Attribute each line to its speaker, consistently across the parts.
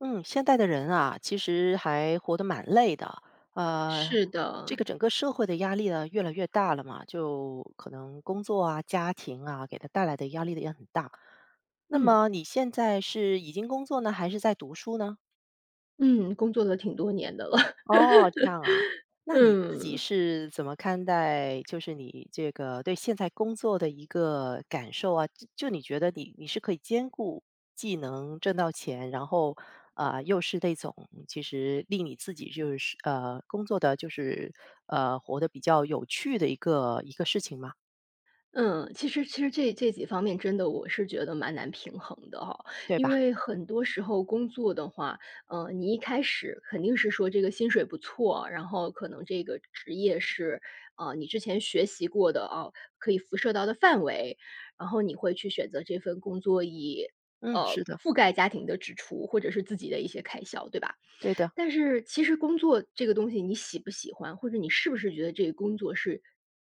Speaker 1: 嗯，现代的人啊，其实还活得蛮累的。呃，
Speaker 2: 是
Speaker 1: 这
Speaker 2: 的，
Speaker 1: 个整个社会的压力呢，越来越大了嘛，就可能工作啊、家庭啊，给他带来的压力也很大。那
Speaker 2: 嗯，
Speaker 1: 么你现在是已经工作呢，还是在读书呢？
Speaker 2: 嗯，工作了挺多年的了。
Speaker 1: 哦，这样啊。那你自己
Speaker 2: 嗯，
Speaker 1: 是怎么看待，就是你这个对现在工作的一个感受啊？就你觉得你是可以兼顾既能挣到钱，然后啊、又是那种其实令你自己就是工作的就是活得比较有趣的一个事情嘛，
Speaker 2: 嗯，其实这几方面真的我是觉得蛮难平衡的哈。
Speaker 1: 对
Speaker 2: 因
Speaker 1: 吧？
Speaker 2: 为很多时候工作的话，你一开始肯定是说这个薪水不错，然后可能这个职业是，你之前学习过的啊，可以辐射到的范围，然后你会去选择这份工作以，
Speaker 1: 嗯，是的，
Speaker 2: 覆盖家庭的支出或者是自己的一些开销，对吧？
Speaker 1: 对的。
Speaker 2: 但是其实工作这个东西你喜不喜欢，或者你是不是觉得这个工作是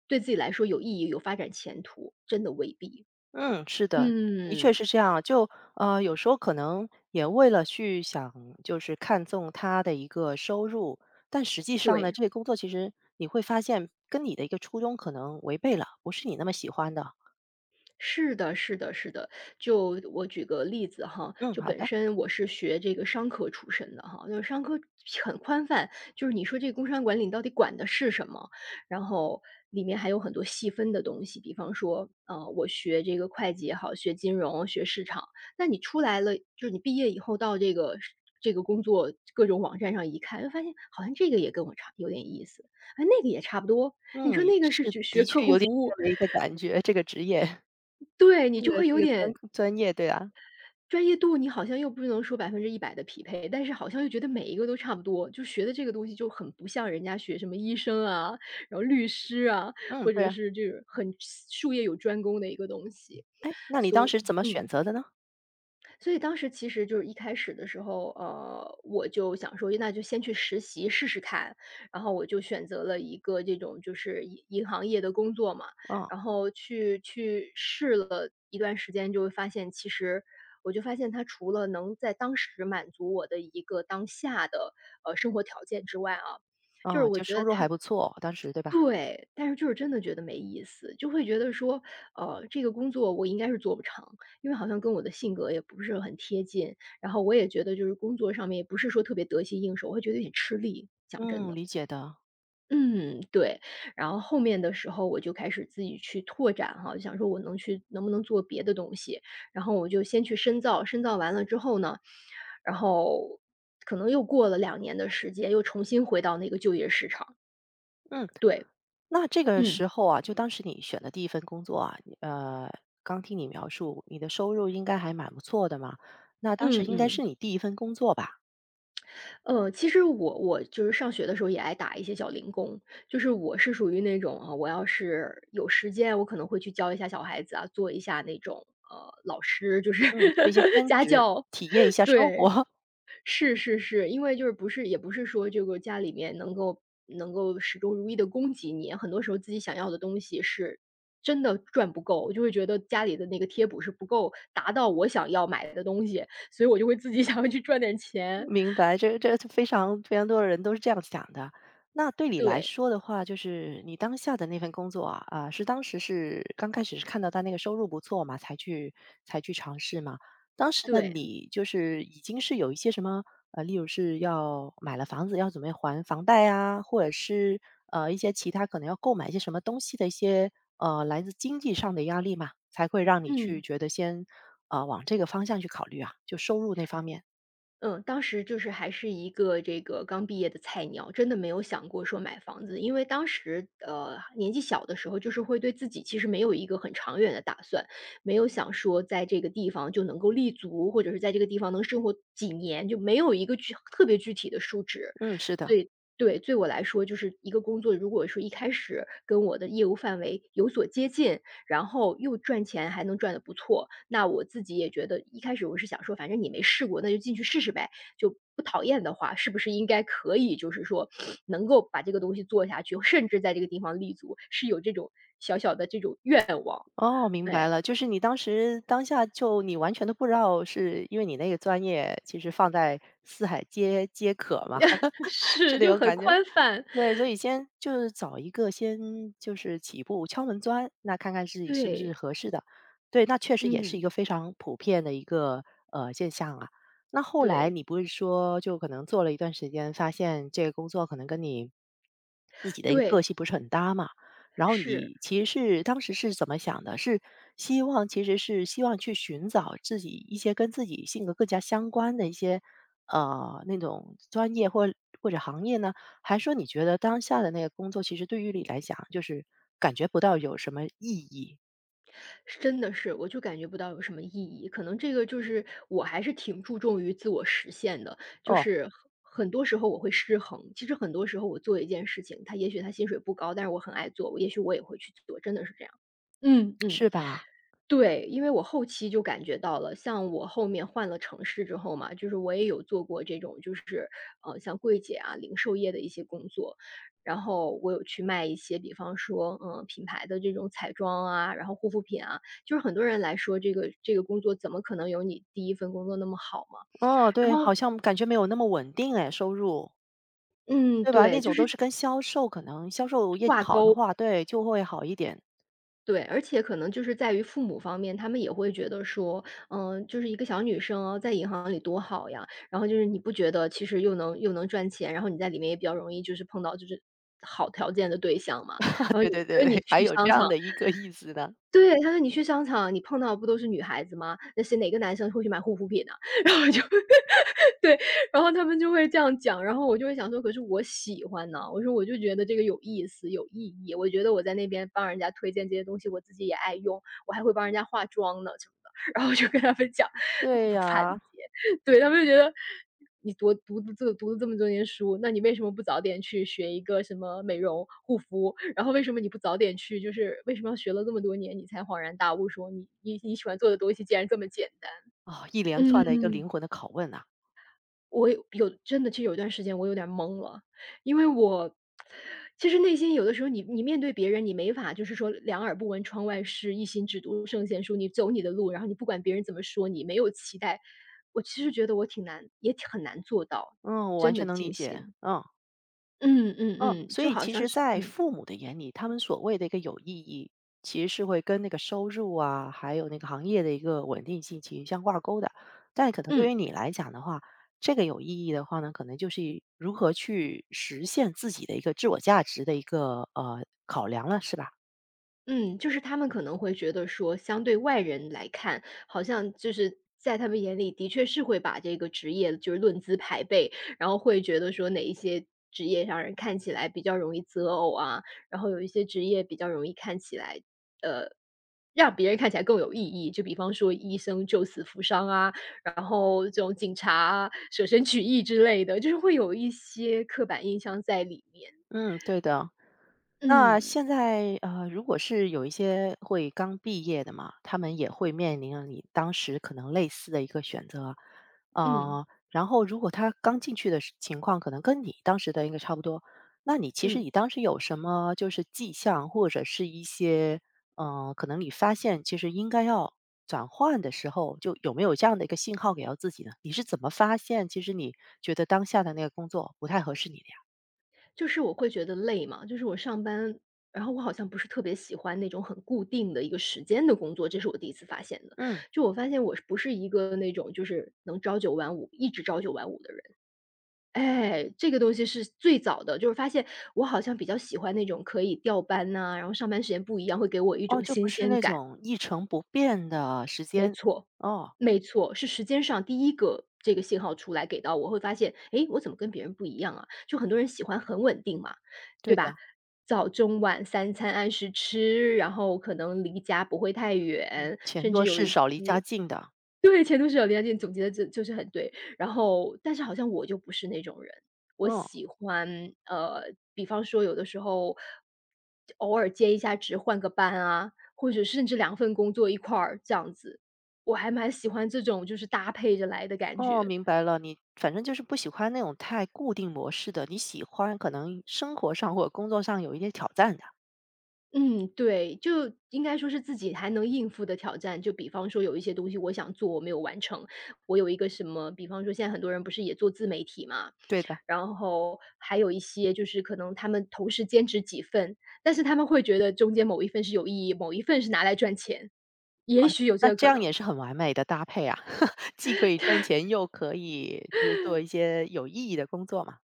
Speaker 2: 对自己来说有意义、有发展前途，真的未必。
Speaker 1: 嗯。是的，的确
Speaker 2: 嗯。
Speaker 1: 是这样。有时候可能也为了去想，就是看重他的一个收入，但实际上呢，
Speaker 2: 对。
Speaker 1: 这个工作其实你会发现跟你的一个初衷可能违背了，不是你那么喜欢的。
Speaker 2: 是的，是的，是的。就我举个例子哈，
Speaker 1: 嗯，
Speaker 2: 就
Speaker 1: 好
Speaker 2: 本
Speaker 1: 的，
Speaker 2: 身我是学这个商科出身的哈，就是商科很宽泛，就是你说这个工商管理到底管的是什么？然后里面还有很多细分的东西，比方说，我学这个会计也好，学金融、学市场，那你出来了，就是你毕业以后到这个是这个工作各种网站上一看，就发现好像这个也跟我差有点意思，哎，那个也差不多。你
Speaker 1: 嗯，
Speaker 2: 说那个是
Speaker 1: 是
Speaker 2: 学学
Speaker 1: 的
Speaker 2: 客
Speaker 1: 确
Speaker 2: 户
Speaker 1: 有点
Speaker 2: 服
Speaker 1: 这
Speaker 2: 务，
Speaker 1: 样的一个感觉，这个职业，
Speaker 2: 对 你
Speaker 1: 这个
Speaker 2: 就会
Speaker 1: 这
Speaker 2: 有
Speaker 1: 个专
Speaker 2: 点
Speaker 1: 专业，对啊，
Speaker 2: 专业度你好像又不能说100%的匹配，但是好像又觉得每一个都差不多，就学的这个东西就很不像人家学什么医生啊，然后律师啊，
Speaker 1: 嗯，
Speaker 2: 或
Speaker 1: 对
Speaker 2: 者
Speaker 1: 啊。
Speaker 2: 是就是很术业有专攻的一个东西，
Speaker 1: 哎，那你
Speaker 2: 所
Speaker 1: 当
Speaker 2: 以
Speaker 1: 时怎么选
Speaker 2: 嗯。
Speaker 1: 择的呢？
Speaker 2: 所以当时其实就是一开始的时候，我就想说，那就先去实习试试看。然后我就选择了一个这种就是银行业的工作嘛，
Speaker 1: 哦，
Speaker 2: 然后去试了一段时间，就会发现其实。我就发现，它除了能在当时满足我的一个当下的生活条件之外啊，就是
Speaker 1: 哦，
Speaker 2: 我
Speaker 1: 就
Speaker 2: 觉
Speaker 1: 收
Speaker 2: 得
Speaker 1: 入
Speaker 2: 它
Speaker 1: 还不错，当时对吧？
Speaker 2: 对，但是就是真的觉得没意思，就会觉得说，这个工作我应该是做不长，因为好像跟我的性格也不是很贴近，然后我也觉得就是工作上面也不是说特别得心应手，我会觉得有点吃力，讲真
Speaker 1: 嗯，
Speaker 2: 的。
Speaker 1: 理解的，
Speaker 2: 嗯，对。然后后面的时候我就开始自己去拓展哈，想说我能不能做别的东西，然后我就先去深造，深造完了之后呢，然后可能又过了2年的时间，又重新回到那个就业市场，
Speaker 1: 嗯。
Speaker 2: 对，
Speaker 1: 那这个
Speaker 2: 嗯，
Speaker 1: 时候啊，就当时你选的第一份工作啊，刚听你描述，你的收入应该还蛮不错的嘛。那当时
Speaker 2: 嗯
Speaker 1: 应该是
Speaker 2: 嗯。
Speaker 1: 你第一份工作吧？
Speaker 2: 其实我就是上学的时候也爱打一些小零工，就是我是属于那种啊，我要是有时间，我可能会去教一下小孩子啊，做一下那种老师，就是
Speaker 1: 嗯，做一些 兼
Speaker 2: 家
Speaker 1: 职，
Speaker 2: 教。
Speaker 1: 体验一下生
Speaker 2: 对，
Speaker 1: 活。
Speaker 2: 是是是，因为就是不是也不是说这个家里面能够始终如一的供给你，很多时候自己想要的东西是真的赚不够，我就会觉得家里的那个贴补是不够达到我想要买的东西，所以我就会自己 想要去赚点钱。
Speaker 1: 明白，这非常非常多的人都是这样想的。那对你来
Speaker 2: 对
Speaker 1: 说的话，就是你当下的那份工作啊，啊，是当时是刚开始是看到他那个收入不错嘛，才去尝试嘛。当时的
Speaker 2: 对，
Speaker 1: 你就是已经是有一些什么例如是要买了房子要准备还房贷啊，或者是一些其他可能要购买一些什么东西的一些来自经济上的压力嘛，才会让你去
Speaker 2: 嗯，
Speaker 1: 觉得先往这个方向去考虑啊，就收入那方面。
Speaker 2: 嗯，当时就是还是一个这个刚毕业的菜鸟，真的没有想过说买房子。因为当时，年纪小的时候，就是会对自己其实没有一个很长远的打算，没有想说在这个地方就能够立足，或者是在这个地方能生活几年，就没有一个具特别具体的数值。
Speaker 1: 嗯，是的。
Speaker 2: 所以对，对我来说，就是一个工作，如果说一开始跟我的业务范围有所接近，然后又赚钱还能赚的不错。那我自己也觉得一开始我是想说，反正你没试过，那就进去试试呗，就不讨厌的话，是不是应该可以就是说能够把这个东西做下去，甚至在这个地方立足，是有这种小小的这种愿望。
Speaker 1: 哦，明白
Speaker 2: 对，
Speaker 1: 了，就是你当时当下就你完全都不知道，是因为你那个专业其实放在四海皆可嘛，是
Speaker 2: 是，
Speaker 1: 那
Speaker 2: 就
Speaker 1: 种
Speaker 2: 很
Speaker 1: 感觉。
Speaker 2: 宽泛。
Speaker 1: 对，所以先就是找一个先就是起步敲门砖，那看看自己是不是
Speaker 2: 对，
Speaker 1: 合适的。对，那确实也是一
Speaker 2: 嗯，
Speaker 1: 个非常普遍的一个现象啊。那后来
Speaker 2: 对，
Speaker 1: 你不是说就可能做了一段时间，发现这个工作可能跟你自己的一个个
Speaker 2: 对，
Speaker 1: 性不是很搭嘛？然后
Speaker 2: 是。
Speaker 1: 你其实是当时是怎么想的？是希望其实是希望去寻找自己一些跟自己性格更加相关的一些那种专业或或者行业呢？还说你觉得当下的那个工作，其实对于你来讲，就是感觉不到有什么意义，
Speaker 2: 是真的是，我就感觉不到有什么意义。可能这个就是我还是挺注重于自我实现的，就
Speaker 1: 哦，
Speaker 2: 是很多时候我会失衡。其实很多时候我做一件事情，它也许它薪水不高，但是我很爱做，我也许我也会去做，真的是这样。嗯。嗯。
Speaker 1: 是吧？
Speaker 2: 对，因为我后期就感觉到了，像我后面换了城市之后嘛，就是我也有做过这种，就是像柜姐啊、零售业的一些工作，然后我有去卖一些，比方说，品牌的这种彩妆啊，然后护肤品啊，就是很多人来说，这个这个工作怎么可能有你第一份工作那么好嘛？
Speaker 1: 哦，
Speaker 2: 然
Speaker 1: 对，
Speaker 2: 后，
Speaker 1: 好像感觉没有那么稳定哎，收入，
Speaker 2: 嗯，
Speaker 1: 对吧？那
Speaker 2: 对，就
Speaker 1: 种都
Speaker 2: 是
Speaker 1: 是跟销售可能销售业绩
Speaker 2: 挂
Speaker 1: 好的
Speaker 2: 钩。
Speaker 1: 话，对，就会好一点。
Speaker 2: 对，而且可能就是在于父母方面，他们也会觉得说，嗯，就是一个小女生哦，在银行里多好呀。然后就是你不觉得其实又能赚钱，然后你在里面也比较容易就是碰到就是好条件的对象嘛。然后
Speaker 1: 对对
Speaker 2: 他
Speaker 1: 对
Speaker 2: 说你
Speaker 1: 对，还
Speaker 2: 去
Speaker 1: 有这
Speaker 2: 商场，
Speaker 1: 样的一个意思呢。
Speaker 2: 对，他说：“你去商场，你碰到的不都是女孩子吗？那是哪个男生会去买护肤品呢？” 然后我就 对，然后他们就会这样讲，然后我就会想说，可是我喜欢呢，我说我就觉得这个有意思、有意义，我觉得我在那边帮人家推荐这些东西，我自己也爱用，我还会帮人家化妆呢什么的，然后我就跟他们讲，他们
Speaker 1: 对
Speaker 2: 不无法理
Speaker 1: 呀，
Speaker 2: 解。对，他们就觉得你读了这么多年书，那你为什么不早点去学一个什么美容护肤？然后为什么你不早点去就是为什么要学了这么多年，你才恍然大悟说你喜欢做的东西竟然这么简单？
Speaker 1: 哦，一连串的一个
Speaker 2: 嗯。
Speaker 1: 灵魂的拷问啊，
Speaker 2: 我有真的，其实有一段时间我有点懵了，因为我其实内心有的时候你面对别人，你没法就是说两耳不闻窗外事，一心只读圣贤书，你走你的路，然后你不管别人怎么说你，没有期待。我其实觉得我挺难，也挺很难做到
Speaker 1: 嗯，我完
Speaker 2: 真
Speaker 1: 全
Speaker 2: 的
Speaker 1: 能理
Speaker 2: 静
Speaker 1: 解，
Speaker 2: 心。
Speaker 1: 嗯。
Speaker 2: 嗯嗯
Speaker 1: 嗯，
Speaker 2: 嗯，
Speaker 1: 所
Speaker 2: 就
Speaker 1: 以
Speaker 2: 好
Speaker 1: 其
Speaker 2: 像
Speaker 1: 实
Speaker 2: 是
Speaker 1: 在
Speaker 2: 嗯
Speaker 1: 父母的眼里，他们所谓的一个有意义，其实是会跟那个收入啊，还有那个行业的一个稳定性其实相挂钩的。但可能对
Speaker 2: 嗯。
Speaker 1: 于你来讲的话，这个有意义的话呢，可能就是如何去实现自己的一个自我价值的一个考量了，是吧？
Speaker 2: 嗯，就是他们可能会觉得说，相对外人来看，好像就是在他们眼里的确是会把这个职业就是论资排辈，然后会觉得说哪一些职业让人看起来比较容易择偶啊，然后有一些职业比较容易看起来让别人看起来更有意义，就比方说医生救死扶伤啊，然后这种警察啊舍身取义之类的，就是会有一些刻板印象在里面。
Speaker 1: 嗯，对的。那
Speaker 2: 嗯
Speaker 1: 现在如果是有一些会刚毕业的嘛，他们也会面临了你当时可能类似的一个选择，
Speaker 2: 嗯
Speaker 1: 然后如果他刚进去的时情况可能跟你当时的应该差不多，那你其实
Speaker 2: 嗯。
Speaker 1: 你当时有什么就是迹象，或者是一些可能你发现其实应该要转换的时候，就有没有这样的一个信号给到自己呢？你是怎么发现其实你觉得当下的那个工作不太合适你的呀？
Speaker 2: 就是我会觉得累嘛，就是我上班，然后我好像不是特别喜欢那种很固定的一个时间的工作，这是我第一次发现的。
Speaker 1: 嗯。
Speaker 2: 就我发现我是不是一个那种就是能朝九晚五，一直朝九晚五的人。哎，这个东西是最早的，就是发现我好像比较喜欢那种可以调班呐、然后上班时间不一样，会给我一
Speaker 1: 哦，
Speaker 2: 种
Speaker 1: 就不
Speaker 2: 新
Speaker 1: 是
Speaker 2: 鲜
Speaker 1: 那
Speaker 2: 感。
Speaker 1: 种一成不变的时间。哦，
Speaker 2: 没错，是时间上第一个这个信号出来给到我，会发现，诶，我怎么跟别人不一样啊？就很多人喜欢很稳定嘛，对
Speaker 1: 对
Speaker 2: 吧？
Speaker 1: 的，
Speaker 2: 早中晚三餐按时吃，然后可能离家不会太远，
Speaker 1: 钱
Speaker 2: 甚至
Speaker 1: 多
Speaker 2: 有
Speaker 1: 事
Speaker 2: 一些
Speaker 1: 少离家近的。
Speaker 2: 对，前途是有离家近，总结的，就是很对。然后但是好像我就不是那种人，我
Speaker 1: 嗯，
Speaker 2: 喜欢呃，比方说有的时候偶尔兼一下职，换个班啊，或者甚至两份工作一块儿这样子，我还蛮喜欢这种就是搭配着来的感
Speaker 1: 哦，
Speaker 2: 觉。
Speaker 1: 明白了，你反正就是不喜欢那种太固定模式的，你喜欢可能生活上或者工作上有一些挑战的。
Speaker 2: 嗯，对，就应该说是自己还能应付的挑战。就比方说有一些东西我想做，我没有完成。我有一个什么，比方说现在很多人不是也做自媒体嘛，
Speaker 1: 对的。
Speaker 2: 然后还有一些就是可能他们同时兼职几份，但是他们会觉得中间某一份是有意义，某一份是拿来赚钱。也许有
Speaker 1: 那
Speaker 2: 这个
Speaker 1: 这
Speaker 2: 可
Speaker 1: 样也
Speaker 2: 能，
Speaker 1: 是很完美的搭配啊，既可以挣钱，又可以就是做一些有意义的工作嘛。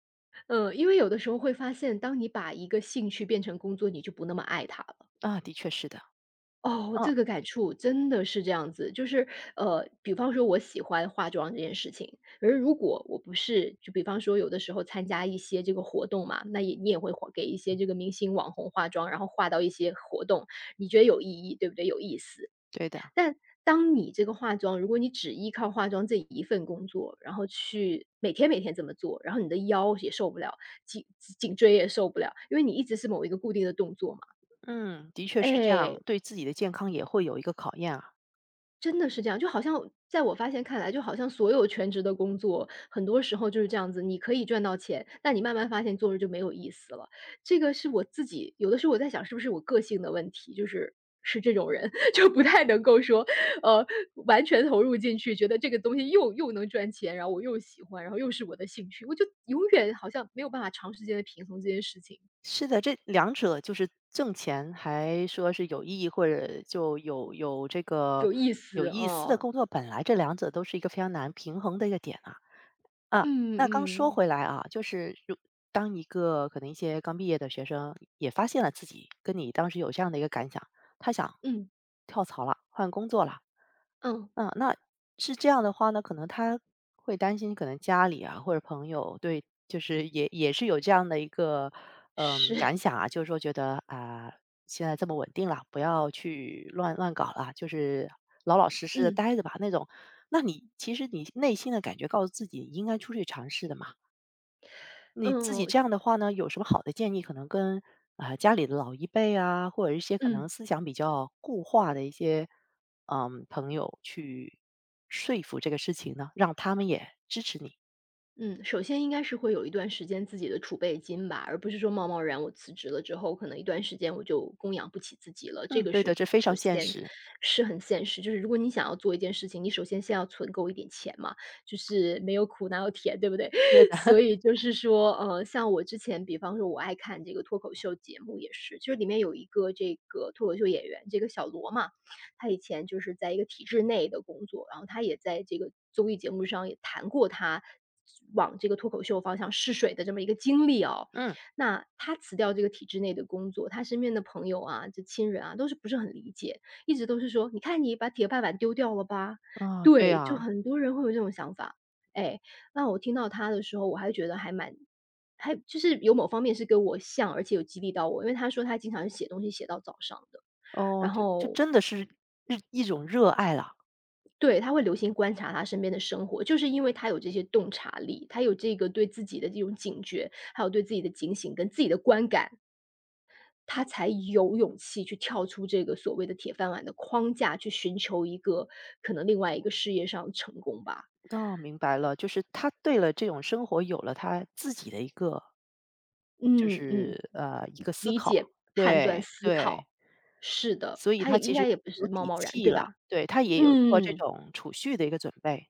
Speaker 2: 嗯，因为有的时候会发现，当你把一个兴趣变成工作，你就不那么爱它了。
Speaker 1: 啊，的确是的，
Speaker 2: 哦，
Speaker 1: 嗯，
Speaker 2: 这个感触真的是这样子，就是，比方说我喜欢化妆这件事情，而如果我不是就比方说有的时候参加一些这个活动嘛，那也你也会化给一些这个明星网红化妆，然后化到一些活动，你觉得有意义，对不对？有意思。
Speaker 1: 对的，
Speaker 2: 但当你这个化妆，如果你只依靠化妆这一份工作，然后去每天每天这么做，然后你的腰也受不了，颈颈椎也受不了，因为你一直是某一个固定的动作嘛，
Speaker 1: 嗯，的确是这样，
Speaker 2: 哎，
Speaker 1: 对自己的健康也会有一个考验啊。
Speaker 2: 真的是这样，就好像在我发现看来，就好像所有全职的工作，很多时候就是这样子，你可以赚到钱，但你慢慢发现做着就没有意思了。这个是我自己有的时候我在想，是不是我个性的问题，就是是这种人，就不太能够说，呃，完全投入进去，觉得这个东西又能赚钱，然后我又喜欢，然后又是我的兴趣，我就永远好像没有办法长时间的平衡这件事情，
Speaker 1: 是的，这两者就是挣钱，还说是有意义或者就有这个
Speaker 2: 有意
Speaker 1: 有
Speaker 2: 思
Speaker 1: 意思的
Speaker 2: 啊，
Speaker 1: 工作，本来这两者都是一个非常难平衡的一个点啊啊。
Speaker 2: 嗯
Speaker 1: 那刚说
Speaker 2: 嗯
Speaker 1: 回来啊，就是如当一个可能一些刚毕业的学生也发现了自己跟你当时有这样的一个感想，他想
Speaker 2: 嗯
Speaker 1: 跳槽了，换工作了，
Speaker 2: 嗯，
Speaker 1: 嗯，那是这样的话呢，可能他会担心可能家里啊，或者朋友对就是也也是有这样的一个，嗯，
Speaker 2: 是，
Speaker 1: 感想啊，就是说觉得啊，现在这么稳定了，不要去乱搞了，就是老老实实的
Speaker 2: 嗯
Speaker 1: 待着吧那种。那你其实你内心的感觉告诉自己应该出去尝试的嘛。你自己
Speaker 2: 嗯
Speaker 1: 这样的话呢，有什么好的建议可能跟，啊，家里的老一辈啊，或者一些可
Speaker 2: 嗯。
Speaker 1: 能思想比较固化的一些，嗯，朋友去说服这个事情呢？让他们也支持你。
Speaker 2: 嗯，首先应该是会有一段时间自己的储备金吧，而不是说贸贸然我辞职了之后，可能一段时间我就供养不起自己了。这
Speaker 1: 嗯，
Speaker 2: 个
Speaker 1: 对的，
Speaker 2: 是
Speaker 1: 这非
Speaker 2: 首
Speaker 1: 常现
Speaker 2: 先
Speaker 1: 实。
Speaker 2: 是很现实，就是如果你想要做一件事情，你首先先要存够一点钱嘛，就是没有苦哪有甜，对不对？
Speaker 1: 对的，
Speaker 2: 所 以就是说，像我之前，比方说我爱看这个脱口秀节目也是，就是里面有一个这个脱口秀演员，这个小罗嘛，他以前就是在一个体制内的工作，然后他也在这个综艺节目上也谈过他往这个脱口秀方向试水的这么一个经历哦。
Speaker 1: 嗯，
Speaker 2: 那他辞掉这个体制内的工作，他身边的朋友啊、这亲人啊，都是不是很理解，一直都是说：“你看你把铁饭碗丢掉了吧？”
Speaker 1: 啊，对
Speaker 2: 对，就
Speaker 1: 呀，
Speaker 2: 很多人会有这种想法。哎，那我听到他的时候，我还觉得还蛮还就是有某方面是跟我像，而且有激励到我，因为他说他经常是写东西写到早上的，
Speaker 1: 哦，
Speaker 2: 然
Speaker 1: 就
Speaker 2: 后
Speaker 1: 真的是日一种热爱了。
Speaker 2: 对，他会留心观察他身边的生活，就是因为他有这些洞察力，他有这个对自己的这种警觉，还有对自己的警醒跟自己的观感，他才有勇气去跳出这个所谓的铁饭碗的框架，去寻求一个可能另外一个事业上的成功吧。
Speaker 1: 哦，明白了，就是他对了这种生活有了他自己的一个就
Speaker 2: 嗯嗯，
Speaker 1: 是，一个思
Speaker 2: 理
Speaker 1: 考。
Speaker 2: 解、判断、
Speaker 1: 对，
Speaker 2: 思
Speaker 1: 对。
Speaker 2: 考，是的，
Speaker 1: 所以
Speaker 2: 他也
Speaker 1: 他
Speaker 2: 应
Speaker 1: 其
Speaker 2: 该
Speaker 1: 实
Speaker 2: 也不
Speaker 1: 更
Speaker 2: 是
Speaker 1: 有
Speaker 2: 贸
Speaker 1: 底
Speaker 2: 贸然，
Speaker 1: 气
Speaker 2: 对
Speaker 1: 了，
Speaker 2: 吧？
Speaker 1: 对，他也有做这
Speaker 2: 嗯。
Speaker 1: 种储蓄的一个准备，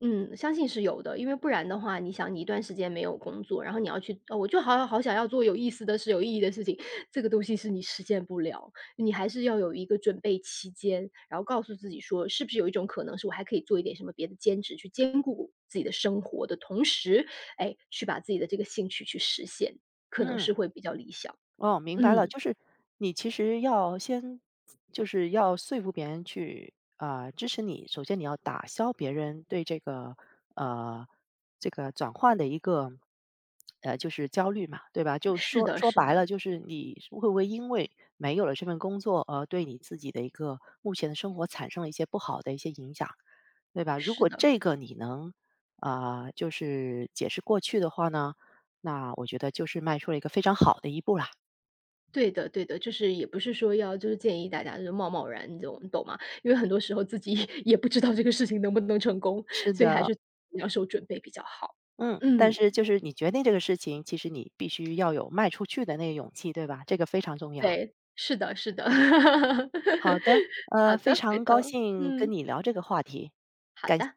Speaker 2: 嗯，相信是有的，因为不然的话，你想你一段时间没有工作，然后你要去，哦我就好好想要做有意思的事、有意义的事情，这个东西是你实现不了，你还是要有一个准备期间，然后告诉自己说，是不是有一种可能是我还可以做一点什么别的兼职，去兼顾自己的生活的同时，哎，去把自己的这个兴趣去实现，可能
Speaker 1: 嗯。
Speaker 2: 是会比较理想。
Speaker 1: 哦，明白了，
Speaker 2: 嗯，
Speaker 1: 就是你其实要先就是要说服别人去啊、支持你。首先，你要打消别人对这个呃这个转换的一个就是焦虑嘛，对吧？就
Speaker 2: 是
Speaker 1: 说
Speaker 2: 的，
Speaker 1: 说
Speaker 2: 是
Speaker 1: 白
Speaker 2: 的，
Speaker 1: 了，就是你会不会因为没有了这份工作而对你自己的一个目前的生活产生了一些不好的一些影响，对吧？如
Speaker 2: 是
Speaker 1: 果
Speaker 2: 的。
Speaker 1: 这个你能啊、就是解释过去的话呢，那我觉得就是迈出了一个非常好的一步啦。
Speaker 2: 对的对的，就是也不是说要就是建议大家就是贸贸然，这种，你懂吗？因为很多时候自己 也不知道这个事情能不能成功，
Speaker 1: 是
Speaker 2: 所以还
Speaker 1: 的，
Speaker 2: 是要是有准备比较好。
Speaker 1: 嗯，但
Speaker 2: 嗯，
Speaker 1: 是就是你决定这个事情，其实你必须要有卖出去的那个勇气，对吧？这个非常重要。
Speaker 2: 对，是的是的。
Speaker 1: 好的，
Speaker 2: 好
Speaker 1: 非
Speaker 2: 的，回
Speaker 1: 常高
Speaker 2: 头
Speaker 1: 兴跟
Speaker 2: 嗯，
Speaker 1: 你聊这个话题。
Speaker 2: 好的。